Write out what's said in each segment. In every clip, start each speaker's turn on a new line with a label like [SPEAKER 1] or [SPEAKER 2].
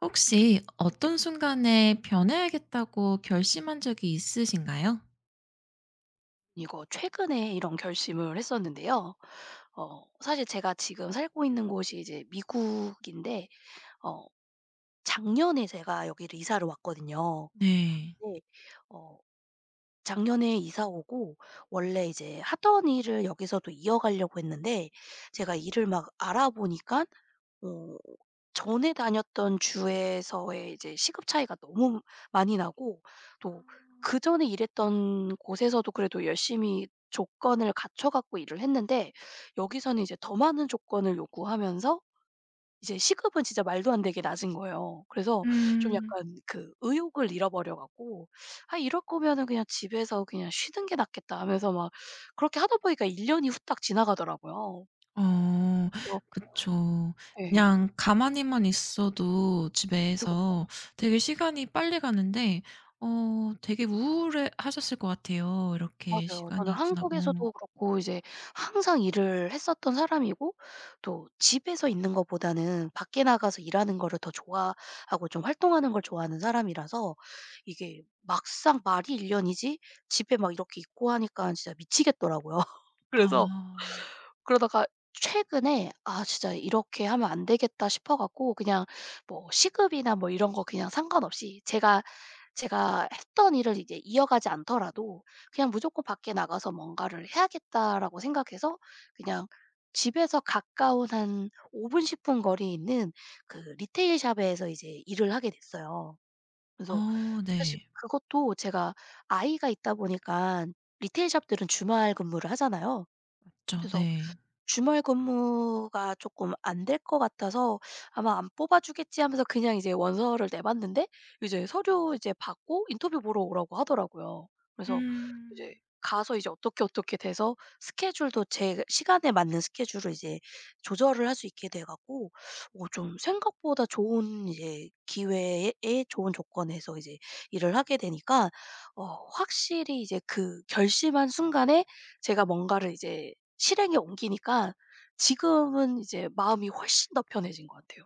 [SPEAKER 1] 혹시 어떤 순간에 변해야겠다고 결심한 적이 있으신가요?
[SPEAKER 2] 이거 최근에 이런 결심을 했었는데요. 사실 제가 지금 살고 있는 곳이 이제 미국인데 어 작년에 제가 여기를 이사를 왔거든요.
[SPEAKER 1] 네.
[SPEAKER 2] 네. 어 작년에 이사 오고 원래 이제 하던 일을 여기서도 이어가려고 했는데 제가 일을 막알아보니까 어 전에 다녔던 주에서의 이제 시급 차이가 너무 많이 나고, 또 그전에 일했던 곳에서도 그래도 열심히 조건을 갖춰 갖고 일을 했는데 여기서는 이제 더 많은 조건을 요구하면서 이제 시급은 진짜 말도 안 되게 낮은 거예요. 그래서 좀
[SPEAKER 1] 음.
[SPEAKER 2] 약간 그 의욕을 잃어버려 갖고 '아, 이럴 거면은 그냥 집에서 그냥 쉬는 게 낫겠다.' 하면서 막 그렇게 하다 보니까 1 년이 후딱 지나가더라고요.
[SPEAKER 1] 어
[SPEAKER 2] 그래서
[SPEAKER 1] 그쵸.
[SPEAKER 2] 예.
[SPEAKER 1] 그냥 가만히만 있어도
[SPEAKER 2] 그쵸,
[SPEAKER 1] 집에서
[SPEAKER 2] 그쵸.
[SPEAKER 1] 되게 시간이 빨리 가는데 되게 우울해하셨을 것 같아요, 이렇게
[SPEAKER 2] 맞아요. 저는
[SPEAKER 1] 시간이 지나고.
[SPEAKER 2] 한국에서도 그렇고 이제 항상 일을 했었던 사람이고, 또 집에서 있는 것보다는 밖에 나가서 일하는 거를 더 좋아하고 좀 활동하는 걸 좋아하는 사람이라서 이게 막상 말이 일년이지 집에 막 이렇게 있고 하니까 진짜 미치겠더라고요. 그래서
[SPEAKER 1] 아.
[SPEAKER 2] 그러다가 최근에 '아, 진짜 이렇게 하면 안 되겠다.' 싶어 갖고, 그냥 뭐 시급이나 뭐 이런 거 그냥 상관없이 제가 했던 일을 이제 이어가지 않더라도 그냥 '무조건 밖에 나가서 뭔가를 해야겠다.'라고 생각해서, 그냥 집에서 가까운 한 5분 10분 거리에 있는 그 리테일 샵에서 이제 일을 하게 됐어요. 그래서
[SPEAKER 1] 어
[SPEAKER 2] 사실
[SPEAKER 1] 네.
[SPEAKER 2] 그것도 제가 아이가 있다 보니까, 리테일 샵들은 주말 근무를 하잖아요.
[SPEAKER 1] 그쵸.
[SPEAKER 2] 그래서
[SPEAKER 1] 네.
[SPEAKER 2] 주말 근무가 조금 안 될 것 같아서 '아마 안 뽑아주겠지.' 하면서 그냥 이제 원서를 내봤는데, 이제 서류 이제 받고 인터뷰 보러 오라고 하더라고요. 그래서 이제
[SPEAKER 1] 음.
[SPEAKER 2] 가서 이제 어떻게 어떻게 돼서 스케줄도 제 시간에 맞는 스케줄을 이제 조절을 할 수 있게 돼 갖고, 좀 생각보다 좋은 이제 기회에 에 좋은 조건에서 이제 일을 하게 되니까, 확실히 이제 그 결심한 순간에 제가 뭔가를 이제 실행에 옮기니까 지금은 이제 마음이 훨씬 더 편해진 것 같아요,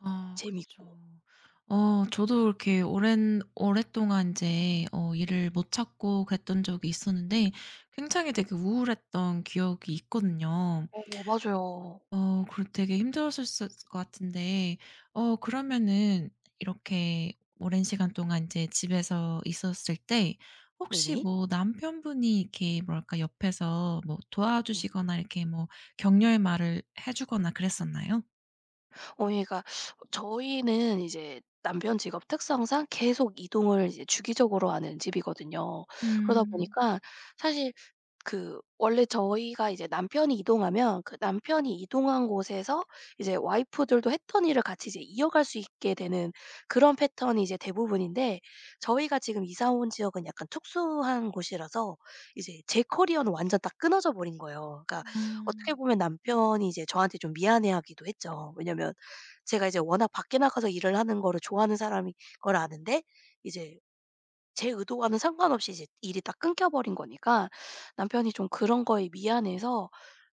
[SPEAKER 1] 아 그쵸.
[SPEAKER 2] 재밌고.
[SPEAKER 1] 저도 이렇게 오랜 오랫동안 이제 일을 못 찾고 그랬던 적이 있었는데 굉장히 되게 우울했던 기억이 있거든요.
[SPEAKER 2] 맞아요.
[SPEAKER 1] 그리고 되게 힘들었을 것 같은데 그러면은 이렇게 오랜 시간 동안 이제 집에서 있었을 때 혹시
[SPEAKER 2] 네네.
[SPEAKER 1] 뭐 남편분이 이렇게 뭐랄까 옆에서 뭐
[SPEAKER 2] 네.
[SPEAKER 1] 도와주시거나 이렇게 뭐 격려의 말을 해 주거나 그랬었나요?
[SPEAKER 2] 그러니까 저희는 이제 남편 직업 특성상 계속 이동을 이제 주기적으로 하는 집이거든요. 그러다
[SPEAKER 1] 음.
[SPEAKER 2] 보니까 사실 그 원래 저희가 이제 남편이 이동하면 그 남편이 이동한 곳에서 이제 와이프들도 했던 일을 같이 이제 이어갈 수 있게 되는 그런 패턴이 이제 대부분인데, 저희가 지금 이사 온 지역은 약간 특수한 곳이라서 이제 제 커리어는 완전 딱 끊어져 버린 거예요. 그러니까 어떻게
[SPEAKER 1] 어.
[SPEAKER 2] 보면 남편이 이제 저한테 좀 미안해하기도 했죠. 왜냐면 제가 이제 워낙 밖에 나가서 일을 하는 거를 좋아하는 사람인 걸 아는데, 이제 제 의도와는 상관없이 이제 일이 딱 끊겨 버린 거니까, 남편이 좀 그런 거에 미안해서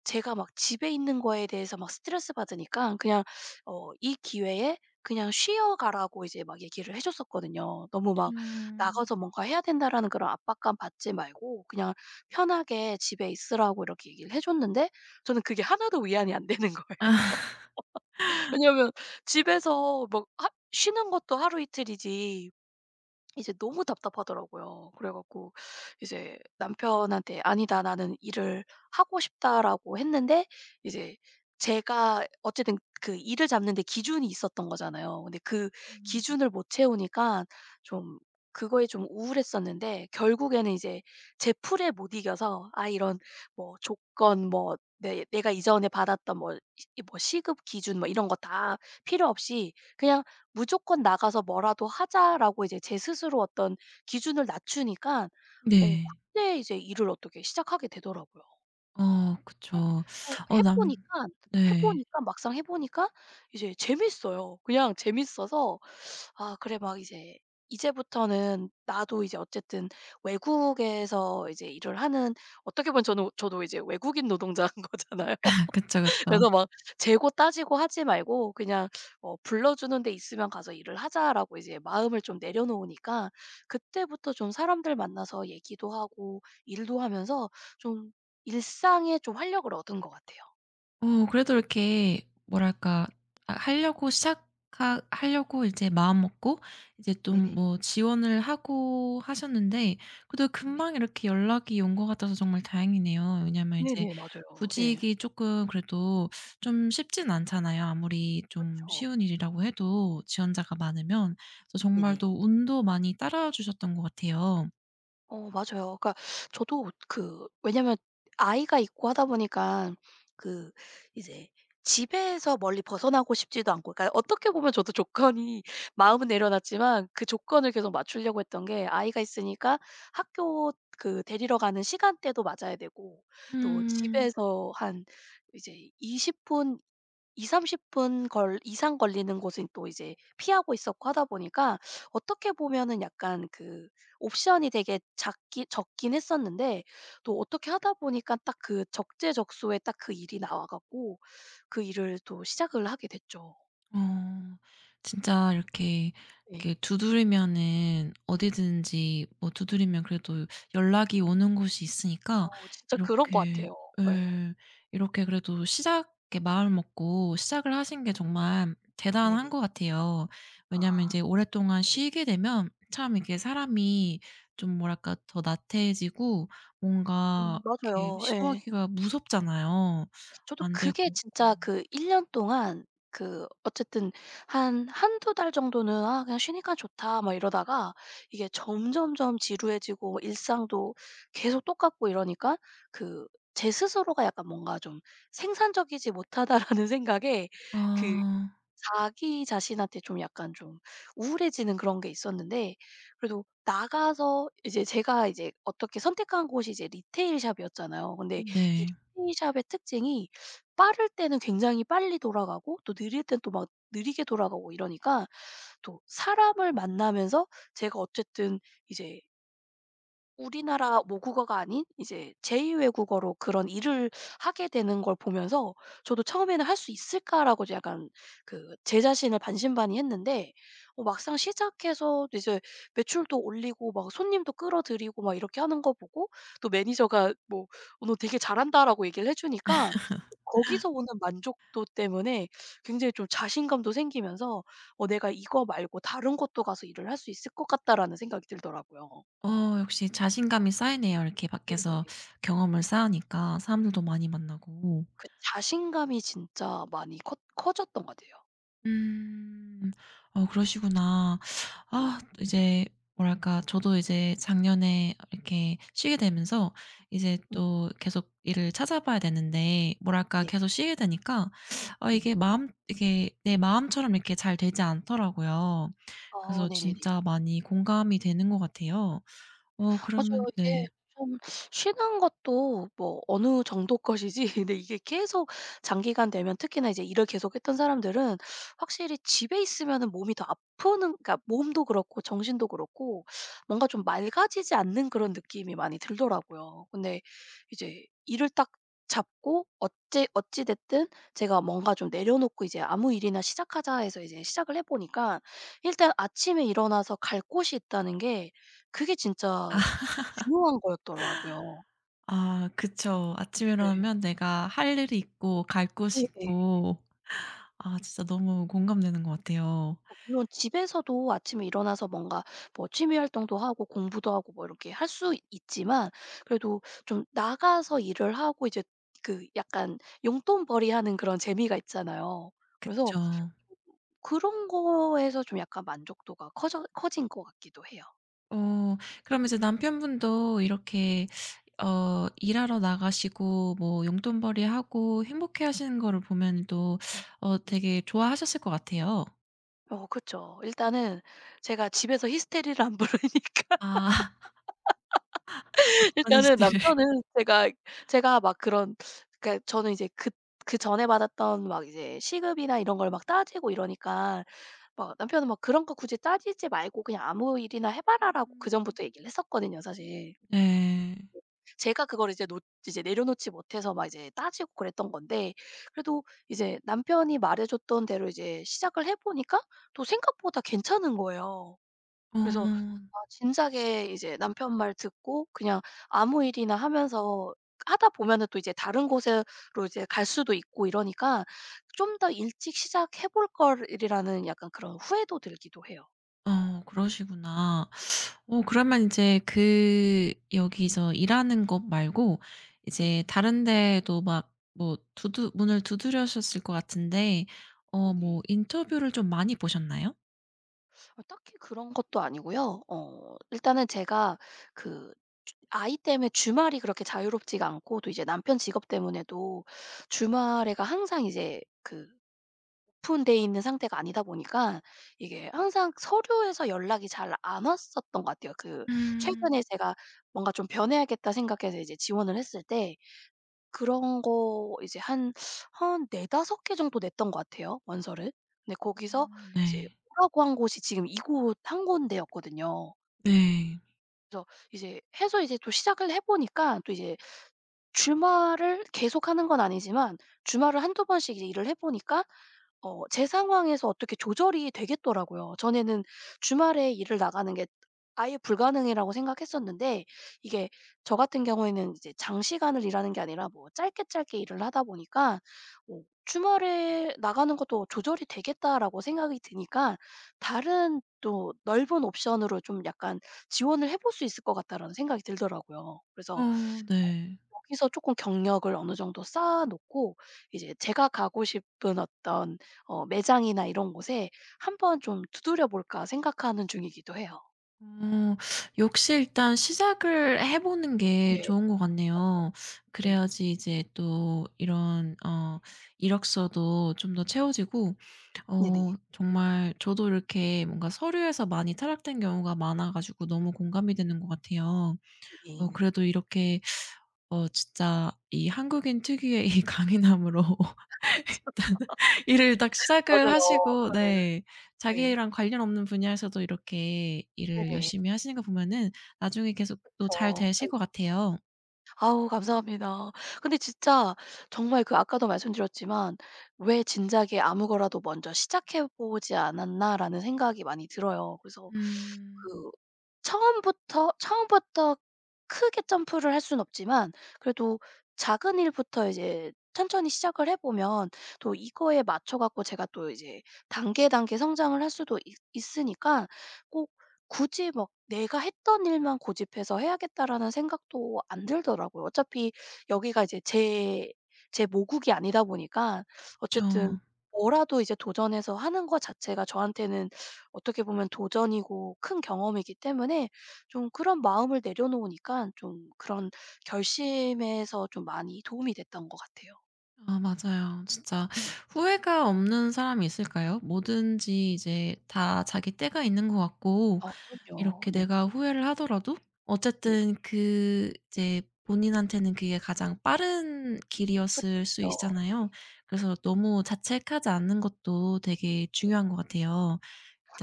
[SPEAKER 2] 제가 막 집에 있는 거에 대해서 막 스트레스 받으니까 그냥, 이 기회에 그냥 쉬어 가라고 이제 막 얘기를 해 줬었거든요. 너무 막
[SPEAKER 1] 음.
[SPEAKER 2] '나가서 뭔가 해야 된다.'라는 그런 압박감 받지 말고 그냥 편하게 집에 있으라고 이렇게 얘기를 해 줬는데, 저는 그게 하나도 위안이 안 되는 거예요.
[SPEAKER 1] 아.
[SPEAKER 2] 왜냐하면 집에서 막 하 쉬는 것도 하루 이틀이지 이제 너무 답답하더라고요. 그래 갖고 이제 남편한테 "아니다. 나는 일을 하고 싶다."라고 했는데, 이제 제가 어쨌든 그 일을 잡는 데 기준이 있었던 거잖아요. 근데 그
[SPEAKER 1] 음.
[SPEAKER 2] 기준을 못 채우니까 좀 그거에 좀 우울했었는데, 결국에는 이제 제 풀에 못 이겨서, 아 이런 뭐 조건 뭐 내 내가 이전에 받았던 뭐 시 뭐 시급 기준 뭐 이런 거 다 필요 없이 그냥 '무조건 나가서 뭐라도 하자.'라고 이제 제 스스로 어떤 기준을 낮추니까,
[SPEAKER 1] 네.
[SPEAKER 2] 그때 이제 일을 어떻게 시작하게 되더라고요. 해
[SPEAKER 1] 그쵸.
[SPEAKER 2] 어
[SPEAKER 1] 어
[SPEAKER 2] 해
[SPEAKER 1] 남
[SPEAKER 2] 보니까 해
[SPEAKER 1] 네.
[SPEAKER 2] 보니까 막상 해 보니까 이제 재밌어요. 그냥 재밌어서, 아 그래 막 이제 이제부터는 나도 이제 어쨌든 외국에서 이제 일을 하는, 어떻게 보면 저는 저도 이제 외국인 노동자인 거잖아요.
[SPEAKER 1] 그쵸, 그쵸.
[SPEAKER 2] 그래서 막 재고 따지고 하지 말고 그냥 "불러주는 데 있으면 가서 일을 하자."라고 이제 마음을 좀 내려놓으니까, 그때부터 좀 사람들 만나서 얘기도 하고 일도 하면서 좀 일상에 좀 활력을 얻은 것 같아요.
[SPEAKER 1] 그래도 이렇게 뭐랄까 아 하려고 이제 마음 먹고 이제 좀
[SPEAKER 2] 네네.
[SPEAKER 1] 뭐 지원을 하고 하셨는데 그래도
[SPEAKER 2] 네네.
[SPEAKER 1] 금방 이렇게 연락이 온 것 같아서 정말 다행이네요. 왜냐면 이제
[SPEAKER 2] 네네. 맞아요. 예.
[SPEAKER 1] 구직이 조금 그래도 좀 쉽진 않잖아요. 아무리 좀
[SPEAKER 2] 그쵸.
[SPEAKER 1] 쉬운 일이라고 해도 지원자가 많으면. 그래서 정말
[SPEAKER 2] 네네.
[SPEAKER 1] 또 운도 많이 따라와 주셨던 것 같아요.
[SPEAKER 2] 맞아요. 그러니까 저도 그 왜냐면 아이가 있고 하다 보니까, 그 이제 집에서 멀리 벗어나고 싶지도 않고 그러니까 어떻게 보면 저도 조건이 마음은 내려놨지만 그 조건을 계속 맞추려고 했던 게 아이가 있으니까 학교 그 데리러 가는 시간대도 맞아야 되고, 또
[SPEAKER 1] 음.
[SPEAKER 2] 집에서 한 이제 20분 2삼3 0 분 걸 이상 걸리는 곳은 또 이제 피하고 있었고 하다 보니까, 어떻게 보면은 약간 그 옵션이 되게 작기 적긴 했었는데, 또 어떻게 하다 보니까 딱 그 적재적소에 딱 그 일이 나와 갖고 그 일을 또 시작을 하게 됐죠.
[SPEAKER 1] 어. 진짜 이렇게, 이렇게
[SPEAKER 2] 네.
[SPEAKER 1] 두드리면은 어디든지 뭐 두드리면 그래도 연락이 오는 곳이 있으니까 네.
[SPEAKER 2] 진짜 그런 것
[SPEAKER 1] 이렇게
[SPEAKER 2] 같아요. 네.
[SPEAKER 1] 예. 이렇게 그래도 시작 이렇게 마음을 먹고 시작을 하신 게 정말 대단한
[SPEAKER 2] 네네.
[SPEAKER 1] 것 같아요. 왜냐하면
[SPEAKER 2] 아.
[SPEAKER 1] 이제 오랫동안
[SPEAKER 2] 네네.
[SPEAKER 1] 쉬게 되면 참 이게 사람이 좀 뭐랄까 더 나태해지고 뭔가
[SPEAKER 2] 음.
[SPEAKER 1] 이렇게
[SPEAKER 2] 맞아요. 예.
[SPEAKER 1] 시도하기가 무섭잖아요.
[SPEAKER 2] 저도
[SPEAKER 1] 안 될
[SPEAKER 2] 그게
[SPEAKER 1] 것 같고.
[SPEAKER 2] 진짜 그 1 년 동안 그 어쨌든 한 한두 달 정도는 '아 그냥 쉬니까 좋다.' 막 이러다가, 이게 점점점 지루해지고 일상도 계속 똑같고 이러니까, 그 제 스스로가 약간 뭔가 좀 '생산적이지 못하다.'라는 생각에 그
[SPEAKER 1] 아.
[SPEAKER 2] 자기 자신한테 좀 약간 좀 우울해지는 그런 게 있었는데, 그래도 나가서 이제 제가 이제 어떻게 선택한 곳이 이제 리테일 샵이었잖아요. 근데 이
[SPEAKER 1] 네.
[SPEAKER 2] 리테일 샵의 특징이 빠를 때는 굉장히 빨리 돌아가고 또 느릴 땐 또 막 느리게 돌아가고 이러니까, 또 사람을 만나면서 제가 어쨌든 이제 우리나라 모국어가 아닌 이제 제2 외국어로 그런 일을 하게 되는 걸 보면서, 저도 처음에는 '할 수 있을까?'라고 이제 약간 그 제 자신을 반신반의했는데, 막상 시작해서 이제 매출도 올리고 막 손님도 끌어들이고 막 이렇게 하는 거 보고, 또 매니저가 뭐 "어 너 되게 잘한다."라고 얘기를 해 주니까, 거기서 오는 만족도 때문에 굉장히 좀 자신감도 생기면서 '어 내가 이거 말고 다른 곳도 가서 일을 할 수 있을 것 같다.'라는 생각이 들더라고요.
[SPEAKER 1] 역시 자신감이 쌓이네요. 이렇게 밖에서
[SPEAKER 2] 네네.
[SPEAKER 1] 경험을 쌓으니까 사람들도 많이 만나고.
[SPEAKER 2] 그 자신감이 진짜 많이 커 커졌던 것 같아요.
[SPEAKER 1] 음. 그러시구나.
[SPEAKER 2] 네네.
[SPEAKER 1] 아 이제 뭐랄까 저도 이제 작년에 이렇게 쉬게 되면서 이제
[SPEAKER 2] 음.
[SPEAKER 1] 또 계속 일을 찾아봐야 되는데 뭐랄까
[SPEAKER 2] 네네.
[SPEAKER 1] 계속 쉬게 되니까
[SPEAKER 2] 음.
[SPEAKER 1] 이게 마음 이게 내 마음처럼 이렇게 잘 되지 않더라고요.
[SPEAKER 2] 아
[SPEAKER 1] 그래서
[SPEAKER 2] 네네네.
[SPEAKER 1] 진짜 많이 공감이 되는 것 같아요. 그러면
[SPEAKER 2] 맞아요. 이게
[SPEAKER 1] 네.
[SPEAKER 2] 좀 쉬는 것도 뭐 어느 정도 것이지 근데 이게 계속 장기간 되면 특히나 이제 일을 계속했던 사람들은 확실히 집에 있으면은 몸이 더 아프는, 그러니까 몸도 그렇고 정신도 그렇고 뭔가 좀 맑아지지 않는 그런 느낌이 많이 들더라고요. 근데 이제 일을 딱 잡고 어찌 어찌 됐든 제가 뭔가 좀 내려놓고 이제 '아무 일이나 시작하자.' 해서 이제 시작을 해 보니까, 일단 아침에 일어나서 갈 곳이 있다는 게, 그게 진짜 중요한 거였더라고요.
[SPEAKER 1] 아 그쵸. 아침에
[SPEAKER 2] 예.
[SPEAKER 1] 일어나면 내가 할 일이 있고 갈 곳이
[SPEAKER 2] 예예.
[SPEAKER 1] 있고 아 진짜 너무 공감되는 것 같아요.
[SPEAKER 2] 물론 집에서도 아침에 일어나서 뭔가 뭐 취미 활동도 하고 공부도 하고 뭐 이렇게 할 수 있지만, 그래도 좀 나가서 일을 하고 이제 그 약간 용돈벌이하는 그런 재미가 있잖아요. 그래서
[SPEAKER 1] 그쵸.
[SPEAKER 2] 그런 거에서 좀 약간 만족도가 커져 커진 것 같기도 해요.
[SPEAKER 1] 어 그럼 이제 남편분도 이렇게 일하러 나가시고 뭐 용돈벌이하고 행복해 하시는 거를 보면 또
[SPEAKER 2] 네.
[SPEAKER 1] 되게 좋아하셨을 것 같아요.
[SPEAKER 2] 그쵸. 일단은 제가 집에서 히스테리를 안 부르니까.
[SPEAKER 1] 아 어떤
[SPEAKER 2] 일단은
[SPEAKER 1] 이슈를
[SPEAKER 2] 남편은 제가 막 그런, 그러니까 저는 이제 그 그전에 받았던 막 이제 시급이나 이런 걸 막 따지고 이러니까 막 남편은 막 "그런 거 굳이 따지지 말고 그냥 아무 일이나 해 봐라."라고 그전부터 얘기를 했었거든요, 사실.
[SPEAKER 1] 네.
[SPEAKER 2] 제가 그걸 이제 놓 이제 내려놓지 못해서 막 이제 따지고 그랬던 건데, 그래도 이제 남편이 말해 줬던 대로 이제 시작을 해 보니까 또 생각보다 괜찮은 거예요. 그래서
[SPEAKER 1] 어.
[SPEAKER 2] 아 진작에 이제 남편 말 듣고 그냥 아무 일이나 하면서 하다 보면은 또 이제 다른 곳으로 이제 갈 수도 있고 이러니까, '좀 더 일찍 시작해 볼 걸.'이라는 약간 그런 후회도 들기도 해요.
[SPEAKER 1] 그러시구나. 그러면 이제 그 여기서 일하는 것 말고
[SPEAKER 2] 네.
[SPEAKER 1] 이제 다른 데도 막 뭐 두두 문을 두드려셨을 것 같은데
[SPEAKER 2] 네.
[SPEAKER 1] 뭐 인터뷰를 좀 많이 보셨나요?
[SPEAKER 2] 딱히 그런 것도 아니고요. 일단은 제가 그 주 아이 때문에 주말이 그렇게 자유롭지가 않고 또 이제 남편 직업 때문에도 주말에가 항상 이제 그 오픈되 있는 상태가 아니다 보니까 이게 항상 서류에서 연락이 잘 안 왔었던 것 같아요. 그
[SPEAKER 1] 음.
[SPEAKER 2] 최근에 제가 뭔가 좀 변해야겠다 생각해서 이제 지원을 했을 때 그런 거 이제 한 4-5개 정도 냈던 것 같아요, 원서를. 근데
[SPEAKER 1] 어.
[SPEAKER 2] 거기서 이제
[SPEAKER 1] 네.
[SPEAKER 2] 오라고 한 곳이 지금 이곳 한 군데였거든요.
[SPEAKER 1] 네.
[SPEAKER 2] 그래서 이제 해서 이제 또 시작을 해 보니까, 또 이제 주말을 계속하는 건 아니지만 주말을 한두 번씩 이제 일을 해 보니까, 제 상황에서 어떻게 조절이 되겠더라고요. 전에는 주말에 일을 나가는 게 아예 불가능이라고 생각했었는데, 이게 저 같은 경우에는 이제 장시간을 일하는 게 아니라 뭐 짧게 짧게 일을 하다 보니까 뭐 '주말에 나가는 것도 조절이 되겠다.'라고 생각이 드니까, 다른 또 넓은 옵션으로 좀 약간 지원을 해볼 수 있을 것 같다라는 생각이 들더라고요. 그래서
[SPEAKER 1] 어 네.
[SPEAKER 2] 여기서 쪼끔 경력을 어느 정도 쌓아 놓고 이제 제가 가고 싶은 어떤 매장이나 이런 곳에 '한번 좀 두드려 볼까.' 생각하는 중이기도 해요.
[SPEAKER 1] 어 역시 일단 시작을 해 보는 게
[SPEAKER 2] 네.
[SPEAKER 1] 좋은 것
[SPEAKER 2] 맞아요.
[SPEAKER 1] 같네요.
[SPEAKER 2] 네.
[SPEAKER 1] 그래야지 이제 또 이런 어 이력서도 좀 더 채워지고
[SPEAKER 2] 네네.
[SPEAKER 1] 정말 저도 이렇게 뭔가 서류에서 많이 탈락된 경우가 많아 가지고 너무 공감이 되는 것 같아요.
[SPEAKER 2] 네네.
[SPEAKER 1] 그래도 이렇게 진짜 이 한국인 특유의 이 강인함으로
[SPEAKER 2] 그
[SPEAKER 1] 일단 일을 딱 시작을
[SPEAKER 2] 맞아요.
[SPEAKER 1] 하시고 네
[SPEAKER 2] 예. 네.
[SPEAKER 1] 자기랑 관련 없는 분야에서도 이렇게 일을
[SPEAKER 2] 네네.
[SPEAKER 1] 열심히 하시는 거 보면은 나중에 계속 또 잘
[SPEAKER 2] 그쵸.
[SPEAKER 1] 되실
[SPEAKER 2] 예.
[SPEAKER 1] 것 같아요.
[SPEAKER 2] 아우, 감사합니다. 근데 진짜 정말 그 아까도 말씀드렸지만 '왜 진작에 아무 거라도 먼저 시작해 보지 않았나.'라는 생각이 많이 들어요. 그래서
[SPEAKER 1] 음.
[SPEAKER 2] 그 처음부터 크게 점프를 할 수는 없지만 그래도 작은 일부터 이제 천천히 시작을 해 보면 또 이거에 맞춰 갖고 제가 또 이제 단계, 단계 성장을 할 수도 있 있으니까, 꼭 굳이 막 '내가 했던 일만 고집해서 해야겠다.'라는 생각도 안 들더라고요. 어차피 여기가 이제 제 모국이 아니다 보니까 어쨌든
[SPEAKER 1] 저
[SPEAKER 2] 뭐라도 이제 도전해서 하는 것 자체가 저한테는 어떻게 보면 도전이고 큰 경험이기 때문에, 좀 그런 마음을 내려놓으니까 좀 그런 결심에서 좀 많이 도움이 됐던 것 같아요.
[SPEAKER 1] 아 맞아요. 진짜
[SPEAKER 2] 네네.
[SPEAKER 1] 후회가 없는 사람이 있을까요? 뭐든지 이제 다 자기 때가 있는 것 같고
[SPEAKER 2] 그럼요.
[SPEAKER 1] 이렇게
[SPEAKER 2] 네네.
[SPEAKER 1] 내가 후회를 하더라도
[SPEAKER 2] 네네.
[SPEAKER 1] 어쨌든 그 이제 본인한테는 그게 가장 빠른
[SPEAKER 2] 그쵸,
[SPEAKER 1] 길이었을 수
[SPEAKER 2] 그쵸. 네.
[SPEAKER 1] 있잖아요. 그래서 너무 자책하지 않는 것도 되게
[SPEAKER 2] 네.
[SPEAKER 1] 중요한 것 같아요.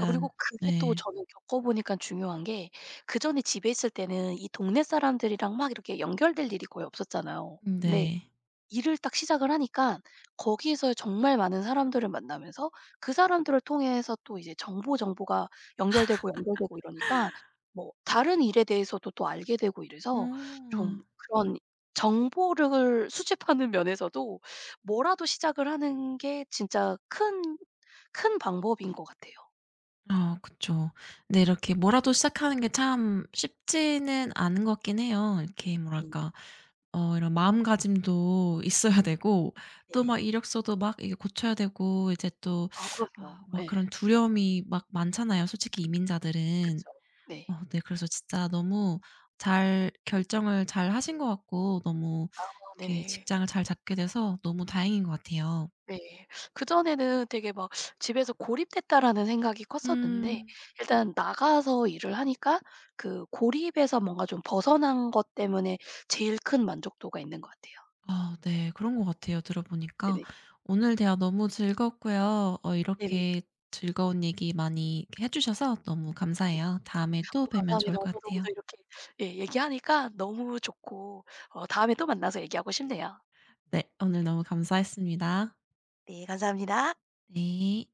[SPEAKER 2] 아 그리고 그게 또
[SPEAKER 1] 네.
[SPEAKER 2] 저는 겪어 보니깐 중요한 게, 그전에 집에 있을 때는 이 동네 사람들이랑 막 이렇게 연결될 일이 거의 없었잖아요. 네.
[SPEAKER 1] 네.
[SPEAKER 2] 일을 딱 시작을 하니까 거기에서 정말 많은 사람들을 만나면서 그 사람들을 통해서 또 이제 정보, 정보가 연결되고, 연결되고 이러니까 뭐 다른 일에 대해서도 또 알게 되고
[SPEAKER 1] 오
[SPEAKER 2] 이래서, 좀 그런 정보를 수집하는 면에서도 뭐라도 시작을 하는 게 진짜 큰 방법인 것 같아요.
[SPEAKER 1] 아 그쵸. 네 이렇게 뭐라도 시작하는 게 참 쉽지는 않은 것 같긴 해요. 이렇게
[SPEAKER 2] 네.
[SPEAKER 1] 뭐랄까 이런 마음가짐도 있어야 되고 또 막
[SPEAKER 2] 네네.
[SPEAKER 1] 이력서도 막 이게 고쳐야 되고 이제 또
[SPEAKER 2] 아
[SPEAKER 1] 아
[SPEAKER 2] 그럼요.
[SPEAKER 1] 막
[SPEAKER 2] 예.
[SPEAKER 1] 그런 두려움이 막 많잖아요, 솔직히 이민자들은.
[SPEAKER 2] 그쵸. 네.
[SPEAKER 1] 네 그래서 진짜 너무 잘 결정을 잘 하신 것 같고 너무 이렇게
[SPEAKER 2] 네네.
[SPEAKER 1] 직장을 잘 잡게 돼서 너무 다행인 것 같아요.
[SPEAKER 2] 네. 그전에는 되게 막 '집에서 고립됐다.'라는 생각이 컸었는데,
[SPEAKER 1] 음.
[SPEAKER 2] 일단 나가서 일을 하니까 그 고립에서 뭔가 좀 벗어난 것 때문에 제일 큰 만족도가 있는 것 같아요.
[SPEAKER 1] 아 네. 그런 것 같아요, 들어보니까.
[SPEAKER 2] 네네.
[SPEAKER 1] 오늘 대화 너무 즐거웠고요.
[SPEAKER 2] 네네.
[SPEAKER 1] 이렇게 즐거운 얘기 많이 이렇게 해 주셔서 너무
[SPEAKER 2] 네네.
[SPEAKER 1] 감사해요. 다음에 또 뵈면 좋을
[SPEAKER 2] 감사합니다.
[SPEAKER 1] 것
[SPEAKER 2] 저도
[SPEAKER 1] 같아요.
[SPEAKER 2] 오늘 이렇게 예 얘기하니까 너무 좋고, 다음에 또 만나서 얘기하고 싶네요.
[SPEAKER 1] 네. 오늘 너무 감사했습니다.
[SPEAKER 2] 네. 감사합니다.
[SPEAKER 1] 네.